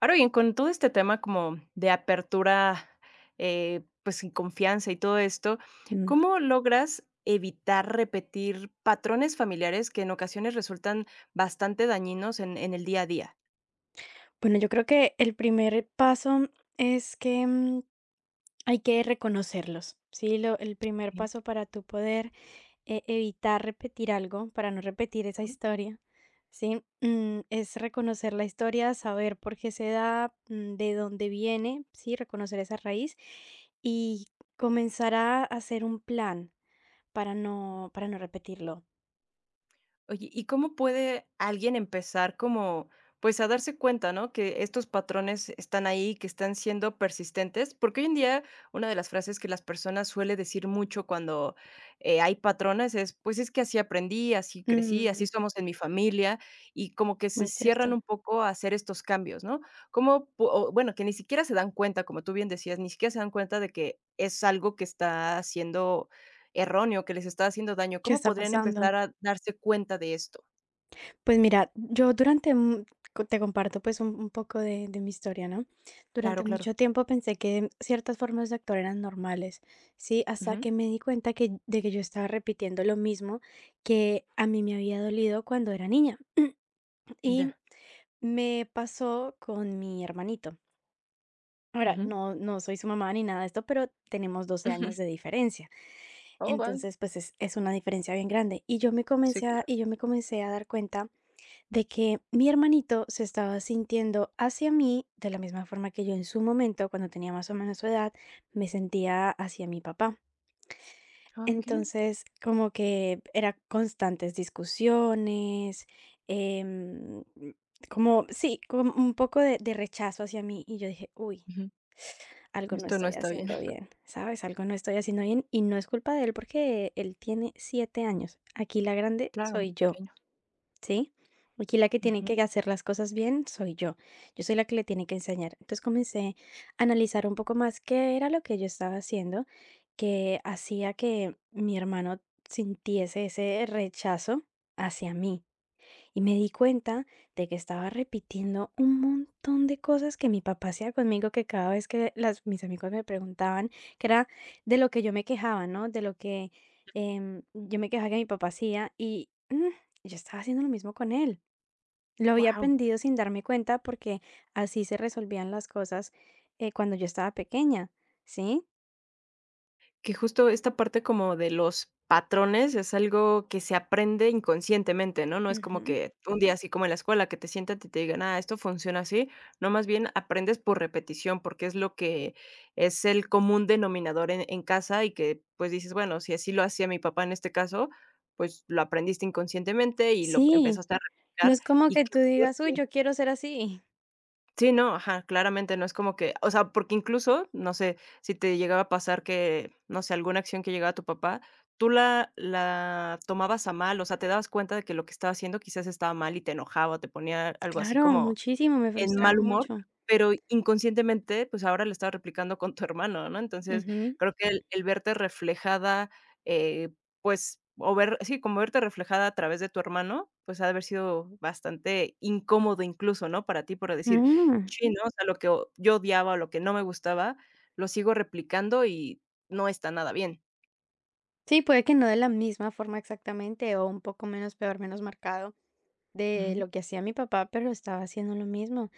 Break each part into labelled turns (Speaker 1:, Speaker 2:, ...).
Speaker 1: Ahora bien, con todo este tema como de apertura, pues, y confianza y todo esto,
Speaker 2: Mm,
Speaker 1: ¿cómo logras evitar repetir patrones familiares que en ocasiones resultan bastante dañinos en el día a día?
Speaker 2: Bueno, yo creo que el primer paso es que hay que reconocerlos, ¿sí? El primer
Speaker 1: Okey.
Speaker 2: paso para tú poder evitar repetir algo, para no repetir esa historia, ¿sí? Es reconocer la historia, saber por qué se da, de dónde viene, ¿sí? Reconocer esa raíz y comenzar a hacer un plan para no repetirlo.
Speaker 1: Oye, ¿y cómo puede alguien empezar como, pues a darse cuenta, ¿no? Que estos patrones están ahí, que están siendo persistentes, porque hoy en día una de las frases que las personas suele decir mucho cuando hay patrones es, pues es que así aprendí, así crecí, así
Speaker 2: Mm,
Speaker 1: somos en mi familia, y como que se
Speaker 2: muy
Speaker 1: cierran
Speaker 2: cierto.
Speaker 1: un poco a hacer estos cambios, ¿no? Como, o, bueno, que ni siquiera se dan cuenta, como tú bien decías, ni siquiera se dan cuenta de que es algo que está haciendo erróneo que les está haciendo daño,
Speaker 2: ¿Qué
Speaker 1: ¿cómo
Speaker 2: está
Speaker 1: podrían empezar
Speaker 2: pasando?
Speaker 1: a darse cuenta de esto?
Speaker 2: Pues mira, yo durante, te comparto pues un poco de mi historia, ¿no?
Speaker 1: Claro,
Speaker 2: Durante
Speaker 1: claro.
Speaker 2: mucho tiempo pensé que ciertas formas de actuar eran normales, ¿sí? Hasta
Speaker 1: Ujú.
Speaker 2: que me di cuenta de que yo estaba repitiendo lo mismo que a mí me había dolido cuando era niña. Y
Speaker 1: Ya.
Speaker 2: me pasó con mi hermanito. Ahora,
Speaker 1: Ujú.
Speaker 2: no soy su mamá ni nada de esto, pero tenemos doce
Speaker 1: Ujú.
Speaker 2: años de diferencia.
Speaker 1: Oh, vaya.
Speaker 2: Entonces, es una diferencia bien grande.
Speaker 1: Sí, claro.
Speaker 2: Y yo me comencé a dar cuenta de que mi hermanito se estaba sintiendo hacia mí de la misma forma que yo en su momento, cuando tenía más o menos su edad, me sentía hacia mi papá.
Speaker 1: Ah, okey.
Speaker 2: Entonces, como que eran constantes discusiones, em, como, sí, como un poco de rechazo hacia mí. Y yo dije, uy,
Speaker 1: Ujú.
Speaker 2: algo no
Speaker 1: Esto no
Speaker 2: estoy
Speaker 1: está bien.
Speaker 2: haciendo bien, ¿sabes? Algo no estoy haciendo bien. Y no es culpa de él porque él tiene 7 años. Aquí la grande
Speaker 1: Claro, muy
Speaker 2: soy yo.
Speaker 1: pequeño.
Speaker 2: ¿Sí? Aquí la que tiene
Speaker 1: Ujú.
Speaker 2: que hacer las cosas bien soy yo. Yo soy la que le tiene que enseñar. Entonces comencé a analizar un poco más qué era lo que yo estaba haciendo, que hacía que mi hermano sintiese ese rechazo hacia mí. Y me di cuenta de que estaba repitiendo un montón de cosas que mi papá hacía conmigo, que cada vez que mis amigos me preguntaban, que era de lo que yo me quejaba, ¿no? De lo que yo me quejaba que mi papá hacía y yo estaba haciendo lo mismo con él. Lo había
Speaker 1: Guau.
Speaker 2: aprendido sin darme cuenta porque así se resolvían las cosas cuando yo estaba pequeña, ¿sí?
Speaker 1: Que justo esta parte como de los patrones es algo que se aprende inconscientemente, ¿no? No es como
Speaker 2: Ujú.
Speaker 1: que un día así como en la escuela que te sientan y te digan, ah, esto funciona así. No, más bien aprendes por repetición, porque es lo que es el común denominador en casa y que pues dices, bueno, si así lo hacía mi papá en este caso, pues lo aprendiste inconscientemente y lo
Speaker 2: Sí,
Speaker 1: empezaste a
Speaker 2: no
Speaker 1: replicar.
Speaker 2: es como
Speaker 1: Y
Speaker 2: que
Speaker 1: qué
Speaker 2: tú
Speaker 1: fuerte.
Speaker 2: digas, uy, yo quiero ser así.
Speaker 1: Sí, no, ajá, claramente no es como que, o sea, porque incluso, no sé, si te llegaba a pasar que, no sé, alguna acción que llegaba a tu papá, tú la tomabas a mal, o sea, te dabas cuenta de que lo que estaba haciendo quizás estaba mal y te enojaba, te ponía algo así
Speaker 2: Claro,
Speaker 1: como
Speaker 2: muchísimo, me
Speaker 1: en
Speaker 2: frustraba
Speaker 1: mal humor,
Speaker 2: mucho.
Speaker 1: pero inconscientemente, pues, ahora lo estabas replicando con tu hermano, ¿no? Entonces,
Speaker 2: Ujú.
Speaker 1: creo que el verte reflejada, eh, pues, o ver sí, como verte reflejada a través de tu hermano, pues, ha de haber sido bastante incómodo incluso, ¿no? Para ti, por decir:
Speaker 2: Mm.
Speaker 1: "Chin", ¿no? O sea, lo que o yo odiaba o lo que no me gustaba, lo sigo replicando y no está nada bien.
Speaker 2: Sí, puede que no de la misma forma exactamente, o un poco menos peor, menos marcado de
Speaker 1: Ujú.
Speaker 2: lo que hacía mi papá, pero estaba haciendo lo mismo.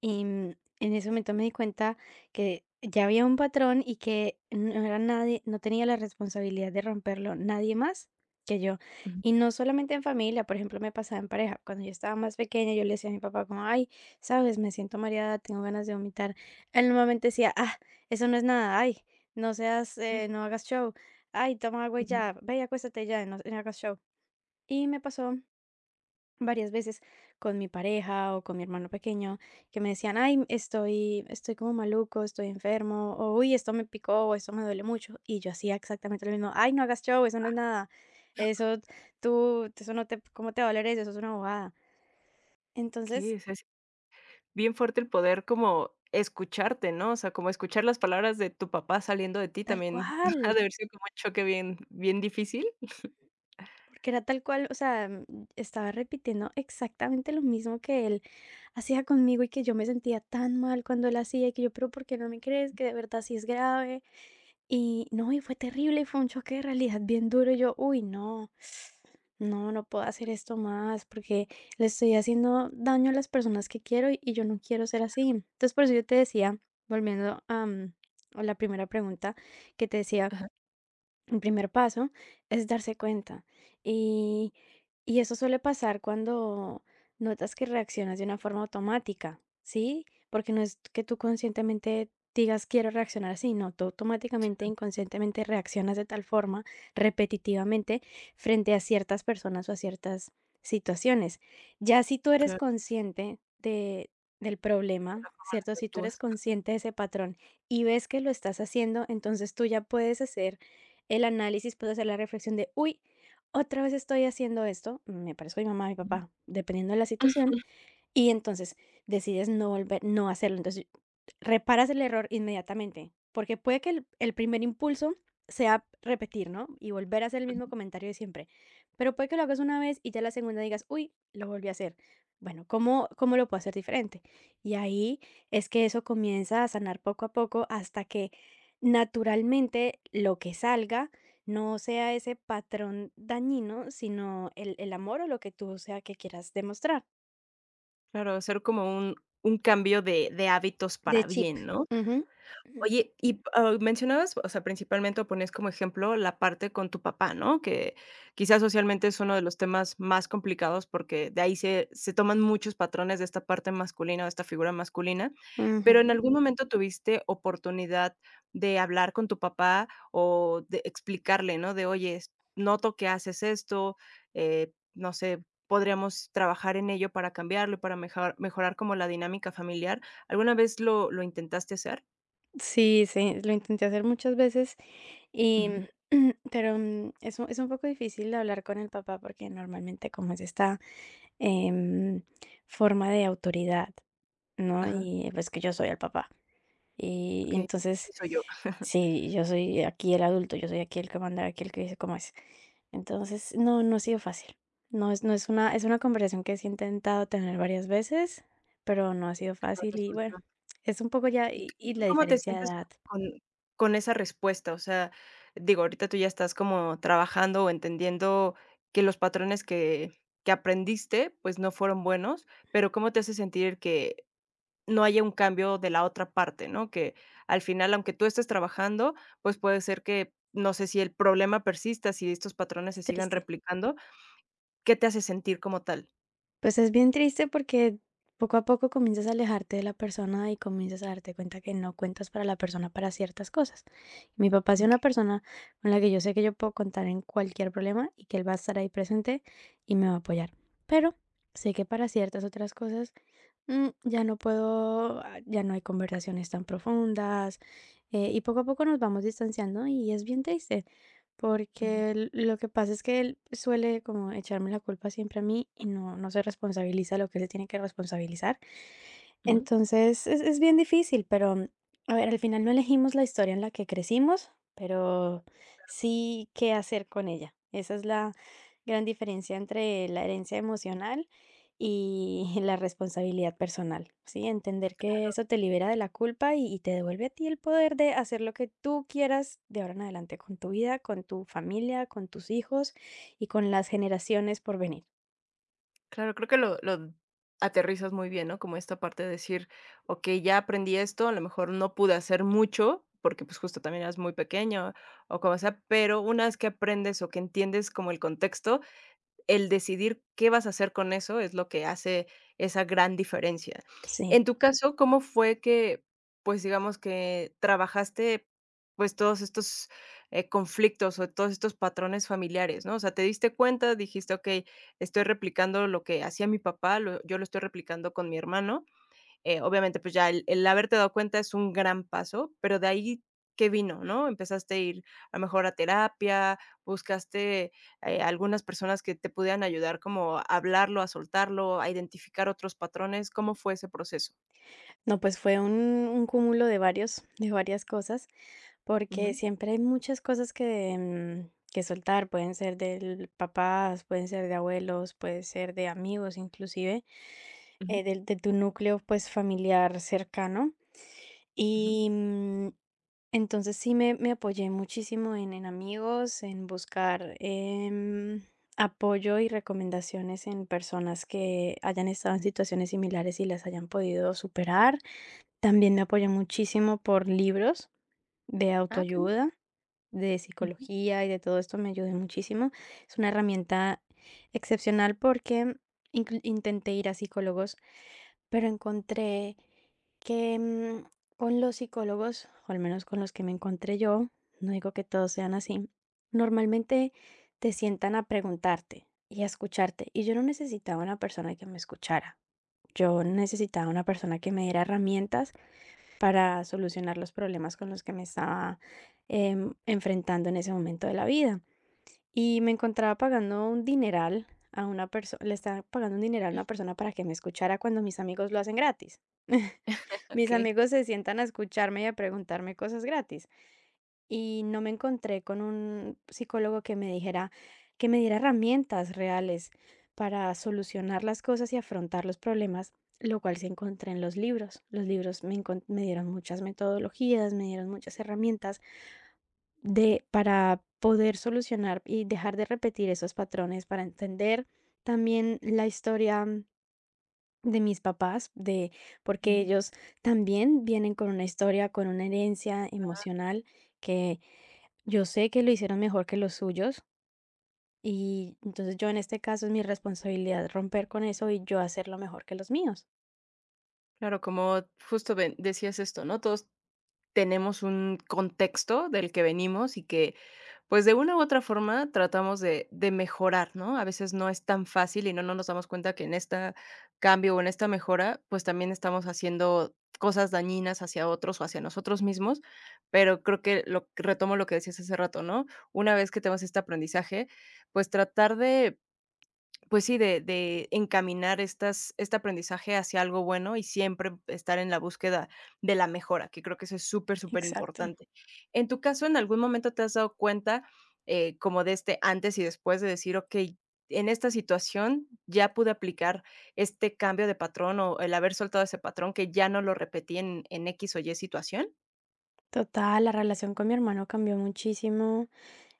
Speaker 2: Y, en ese momento me di cuenta que ya había un patrón y que no era nadie, no tenía la responsabilidad de romperlo nadie más que yo.
Speaker 1: Ujú.
Speaker 2: Y no solamente en familia, por ejemplo, me pasaba en pareja. Cuando yo estaba más pequeña, yo le decía a mi papá como, ay, sabes, me siento mareada, tengo ganas de vomitar. Él normalmente decía, ah, eso no es nada, ay, no seas, no hagas show, ay, toma agua y
Speaker 1: Ujú.
Speaker 2: ya, ve y acuéstate ya, no hagas show. Y me pasó varias veces con mi pareja o con mi hermano pequeño que me decían, ay, estoy como maluco, estoy enfermo, o uy, esto me picó, o esto me duele mucho. Y yo hacía exactamente lo mismo, ay, no hagas show, eso no es nada, eso tú, eso no te, ¿cómo te va a doler eso? Eso es una bobada.
Speaker 1: Okey,
Speaker 2: Entonces,
Speaker 1: o sea, bien fuerte el poder como escucharte, ¿no? O sea, como escuchar las palabras de tu papá saliendo de ti
Speaker 2: tal
Speaker 1: también ha de
Speaker 2: cual,
Speaker 1: haber sido como un choque bien difícil.
Speaker 2: porque era tal cual, o sea, estaba repitiendo exactamente lo mismo que él hacía conmigo y que yo me sentía tan mal cuando él hacía y que yo, pero ¿por qué no me crees que de verdad sí es grave? Y no, y fue terrible, y fue un choque de realidad bien duro. Y yo, uy, no puedo hacer esto más porque le estoy haciendo daño a las personas que quiero y yo no quiero ser así. Entonces, por eso yo te decía, volviendo a la primera pregunta que te decía, el primer paso es darse cuenta. Y, y eso suele pasar cuando notas que reaccionas de una forma automática, ¿sí? Porque no es que tú conscientemente digas quiero reaccionar así, no, tú
Speaker 1: Sí,
Speaker 2: automáticamente, inconscientemente reaccionas de tal forma, repetitivamente, frente a ciertas personas o a ciertas situaciones. Ya si tú eres
Speaker 1: claro.
Speaker 2: consciente del problema,
Speaker 1: Para
Speaker 2: ¿cierto?
Speaker 1: que
Speaker 2: Si tú eres
Speaker 1: actúas.
Speaker 2: consciente de ese patrón y ves que lo estás haciendo, entonces tú ya puedes hacer el análisis, puedo hacer la reflexión de, uy, otra vez estoy haciendo esto, me parezco a mi mamá, a mi
Speaker 1: Ujú.
Speaker 2: papá, dependiendo de la situación, y entonces decides no hacerlo. Entonces, reparas el error inmediatamente, porque puede que el primer impulso sea repetir, ¿no? Y volver a hacer el mismo comentario de siempre, pero puede que lo hagas una vez y ya la segunda digas: "Uy, lo volví a hacer. Bueno, ¿cómo lo puedo hacer diferente?". Y ahí es que eso comienza a sanar poco a poco hasta que naturalmente lo que salga no sea ese patrón dañino, sino el amor o lo que tú sea que quieras demostrar.
Speaker 1: Claro, hacer como un cambio de hábitos
Speaker 2: De
Speaker 1: para
Speaker 2: chip.
Speaker 1: bien, ¿no?
Speaker 2: Ujú. Ujú.
Speaker 1: Oye, y, mencionabas, o sea, principalmente, o ponías como ejemplo la parte con tu papá, ¿no? Que quizás socialmente es uno de los temas más complicados porque de ahí se toman muchos patrones de esta parte masculina, de esta figura masculina, pero, ¿en algún momento tuviste oportunidad de hablar con tu papá o de explicarle, no? De: "Oye, s noto que haces esto, no sé, podríamos trabajar en ello para cambiarlo, para mejar mejorar como la dinámica familiar", ¿alguna vez lo intentaste hacer?
Speaker 2: Sí, sí, lo intenté hacer muchas veces y,
Speaker 1: Ujú.
Speaker 2: pero, es un poco difícil hablar con el papá porque normalmente como es esta, em, forma de autoridad, ¿no?
Speaker 1: Ajá,
Speaker 2: Y pues que yo soy el papá. Y
Speaker 1: okey, así
Speaker 2: entonces,
Speaker 1: soy yo.
Speaker 2: sí, yo soy aquí el adulto, yo soy aquí el que manda, aquí el que dice cómo es. Entonces, no, no ha sido fácil. No es, no es una, Es una conversación que sí he intentado tener varias veces, pero no ha sido
Speaker 1: Creo que no
Speaker 2: fácil y
Speaker 1: resulta.
Speaker 2: bueno, es un poco ya,
Speaker 1: ¿Y
Speaker 2: y
Speaker 1: tú
Speaker 2: la
Speaker 1: cómo te
Speaker 2: diferencia de
Speaker 1: sientes
Speaker 2: edad
Speaker 1: con con esa respuesta? O sea, digo, ahorita tú ya estás como trabajando o entendiendo que los patrones que aprendiste, pues, no fueron buenos, pero, ¿cómo te hace sentir que no haya un cambio de la otra parte, no? Que al final, aunque tú estés trabajando, pues, puede ser que, no sé si el problema persista, si estos patrones se
Speaker 2: es
Speaker 1: sigan
Speaker 2: triste.
Speaker 1: replicando, ¿qué te hace sentir como tal?
Speaker 2: Pues es bien triste porque poco a poco comienzas a alejarte de la persona y comienzas a darte cuenta que no cuentas para la persona para ciertas cosas. Mi papá es una
Speaker 1: Okey.
Speaker 2: persona con la que yo sé que yo puedo contar en cualquier problema y que él va a estar ahí presente y me va a apoyar. Pero sé que para ciertas otras cosas ya no puedo, ah, ya no hay conversaciones tan profundas, y poco a poco nos vamos distanciando y es bien triste,
Speaker 1: Ujú,
Speaker 2: porque lo que pasa es que él suele como echarme la culpa siempre a mí y no, no se responsabiliza lo que se tiene que responsabilizar.
Speaker 1: ujú.
Speaker 2: Entonces, es bien difícil, pero, a ver, al final no elegimos la historia en la que crecimos, pero sí qué hacer con ella. Esa es la gran diferencia entre la herencia emocional y la responsabilidad personal, ¿sí? Entender que eso te libera de la culpa y te devuelve a ti el poder de hacer lo que tú quieras de ahora en adelante con tu vida, con tu familia, con tus hijos y con las generaciones por venir.
Speaker 1: Claro, creo que lo aterrizas muy bien, ¿no? Como esta parte de decir: "Okey, ya aprendí esto, a lo mejor no pude hacer mucho", porque, pues, justo también eras muy pequeño o como sea, pero una vez que aprendes o que entiendes como el contexto, el decidir qué vas a hacer con eso es lo que hace esa gran diferencia.
Speaker 2: Sí.
Speaker 1: En tu caso, ¿cómo fue que, pues, digamos que trabajaste, pues, todos estos, conflictos o todos estos patrones familiares, no? O sea, te diste cuenta, dijiste: "Okey, estoy replicando lo que hacía mi papá, lo estoy replicando con mi hermano". Obviamente, pues ya el haberte dado cuenta es un gran paso, pero de ahí, ¿qué vino?, ¿no? Empezaste a ir a lo mejor a terapia, buscaste, algunas personas que te pudieran ayudar como a hablarlo, a soltarlo, a identificar otros patrones. ¿Cómo fue ese proceso?
Speaker 2: No, pues fue un cúmulo de varios de varias cosas. Porque
Speaker 1: Ujú,
Speaker 2: siempre hay muchas cosas que soltar, pueden ser de papás, pueden ser de abuelos, puede ser de amigos inclusive,
Speaker 1: ujú,
Speaker 2: tu núcleo pues familiar cercano.
Speaker 1: ujú.
Speaker 2: Y mm, entonces sí me apoyé muchísimo en amigos, en buscar apoyo y recomendaciones en personas que hayan estado en situaciones similares y las hayan podido superar. También me apoyé muchísimo por libros de
Speaker 1: Ah, qué bien.
Speaker 2: autoayuda de
Speaker 1: Ujú,
Speaker 2: psicología y de todo esto me ayudó muchísimo. Es una herramienta excepcional porque intenté ir a psicólogos, pero encontré que con los psicólogos, o al menos con los que me encontré yo, no digo que todos sean así, normalmente te sientan a preguntarte y a escucharte. Y yo no necesitaba una persona que me escuchara. Yo necesitaba una persona que me diera herramientas para solucionar los problemas con los que me estaba enfrentando en ese momento de la vida. Y me encontraba pagando un dineral a una persona, le estaba pagando un dineral a una persona para que me escuchara cuando mis amigos lo hacen gratis. Mis
Speaker 1: okey.
Speaker 2: amigos se sientan a escucharme y a preguntarme cosas gratis. Y no me encontré con un psicólogo que me diera herramientas reales para solucionar las cosas y afrontar los problemas, lo cual sí encontré en los libros. Los libros me dieron muchas metodologías, me dieron muchas herramientas para poder solucionar y dejar de repetir esos patrones, para entender también la historia de mis papás, de porque
Speaker 1: Ujú.
Speaker 2: ellos también vienen con una historia, con una herencia emocional que yo sé que lo hicieron mejor que los suyos y entonces yo en este caso es mi responsabilidad romper con eso y yo hacerlo mejor que los míos.
Speaker 1: Claro, como justo ven decías esto, ¿no? Todos tenemos un contexto del que venimos y que pues de una u otra forma tratamos de mejorar, ¿no? A veces no es tan fácil y no nos damos cuenta que en esta cambio o en esta mejora, pues también estamos haciendo cosas dañinas hacia otros o hacia nosotros mismos, pero creo que lo retomo lo que decías hace rato, ¿no? Una vez que tenemos este aprendizaje, pues tratar de pues sí, de encaminar estas este aprendizaje hacia algo bueno y siempre estar en la búsqueda de la mejora, que creo que eso es súper, súper
Speaker 2: Exacto.
Speaker 1: importante. En tu caso, ¿en algún momento te has dado cuenta, como de este antes y después de decir: "Okey, en esta situación ya pude aplicar este cambio de patrón o el haber soltado ese patrón que ya no lo repetí en X o Y situación"?
Speaker 2: Total, la relación con mi hermano cambió muchísimo.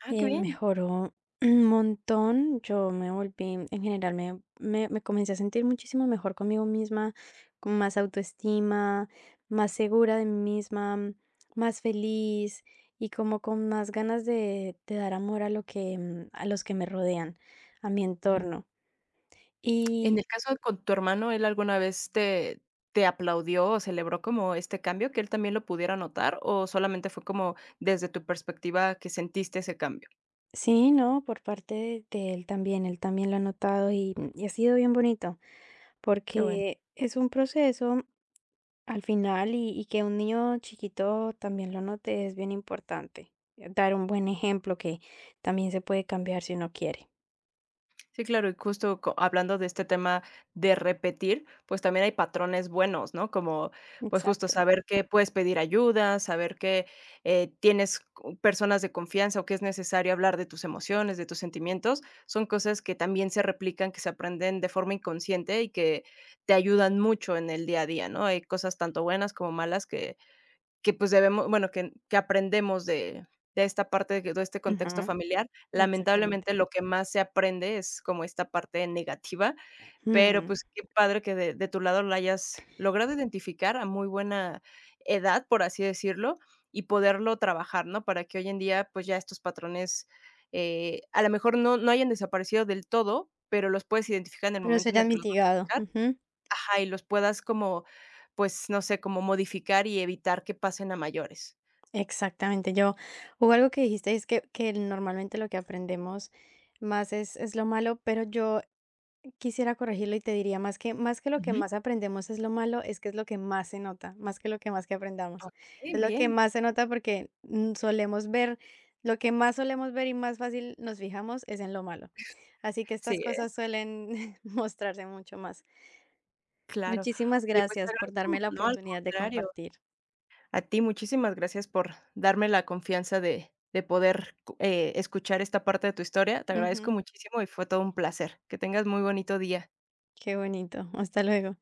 Speaker 1: Ah, qué bien.
Speaker 2: Mejoró un montón. Yo me volví, en general, me comencé a sentir muchísimo mejor conmigo misma, con más autoestima, más segura de mí misma, más feliz y como con más ganas de dar amor a lo que, a los que me rodean, a mi entorno.
Speaker 1: En
Speaker 2: Y
Speaker 1: el caso de con tu hermano, ¿él alguna vez te aplaudió o celebró como este cambio, que él también lo pudiera notar, o solamente fue como desde tu perspectiva que sentiste ese cambio?
Speaker 2: sí, ¿no? Por parte de él también lo ha notado y ha sido bien bonito
Speaker 1: Qué bueno.
Speaker 2: porque es un proceso. Al final, y que un niño chiquito también lo note es bien importante. Dar un buen ejemplo que también se puede cambiar si uno quiere.
Speaker 1: Sí, claro, y justo co- hablando de este tema de repetir, pues también hay patrones buenos, ¿no? Como, pues justo
Speaker 2: Exacto.
Speaker 1: saber que puedes pedir ayuda, saber que tienes cu- personas de confianza o que es necesario hablar de tus emociones, de tus sentimientos, son cosas que también se replican, que se aprenden de forma inconsciente y que te ayudan mucho en el día a día, ¿no? Hay cosas tanto buenas como malas que, pues, debemos bueno, que aprendemos de esta parte, de de este contexto
Speaker 2: Ujú,
Speaker 1: familiar. Lamentablemente,
Speaker 2: exactamente.
Speaker 1: lo que más se aprende es como esta parte negativa, pero,
Speaker 2: Mm,
Speaker 1: pues, qué padre que de tu lado lo hayas logrado identificar a muy buena edad, por así decirlo, y poderlo trabajar, ¿no? Para que hoy en día, pues, ya estos patrones, a lo mejor no hayan desaparecido del todo, pero los puedes identificar en el
Speaker 2: pero eso
Speaker 1: momento en
Speaker 2: ya
Speaker 1: el
Speaker 2: es
Speaker 1: que los vas a
Speaker 2: mitigado.
Speaker 1: aplicar.
Speaker 2: Ujú,
Speaker 1: Ajá, y los puedas como, pues, no sé, como modificar y evitar que pasen a mayores.
Speaker 2: exactamente. Yo, hubo algo que dijiste, que normalmente lo que aprendemos más es lo malo, pero yo quisiera corregirlo y te diría más que lo que
Speaker 1: Ujú.
Speaker 2: más aprendemos es lo malo, es que es lo que más se nota, más que lo que más que aprendamos.
Speaker 1: Okey,
Speaker 2: Es lo
Speaker 1: bien.
Speaker 2: que más se nota porque, solemos ver lo que más solemos ver y más fácil nos fijamos es en lo malo. Así que
Speaker 1: Sí,
Speaker 2: estas
Speaker 1: ¿eh?
Speaker 2: cosas suelen mostrarse mucho más.
Speaker 1: Claro.
Speaker 2: Muchísimas
Speaker 1: Oye, pues, te
Speaker 2: gracias por
Speaker 1: agradezco
Speaker 2: darme la
Speaker 1: no, al
Speaker 2: oportunidad de
Speaker 1: contrario.
Speaker 2: compartir.
Speaker 1: A ti, muchísimas gracias por darme la confianza de poder co escuchar esta parte de tu historia. Te agradezco
Speaker 2: Ujú,
Speaker 1: muchísimo y fue todo un placer. Que tengas muy bonito día.
Speaker 2: qué bonito. Hasta luego.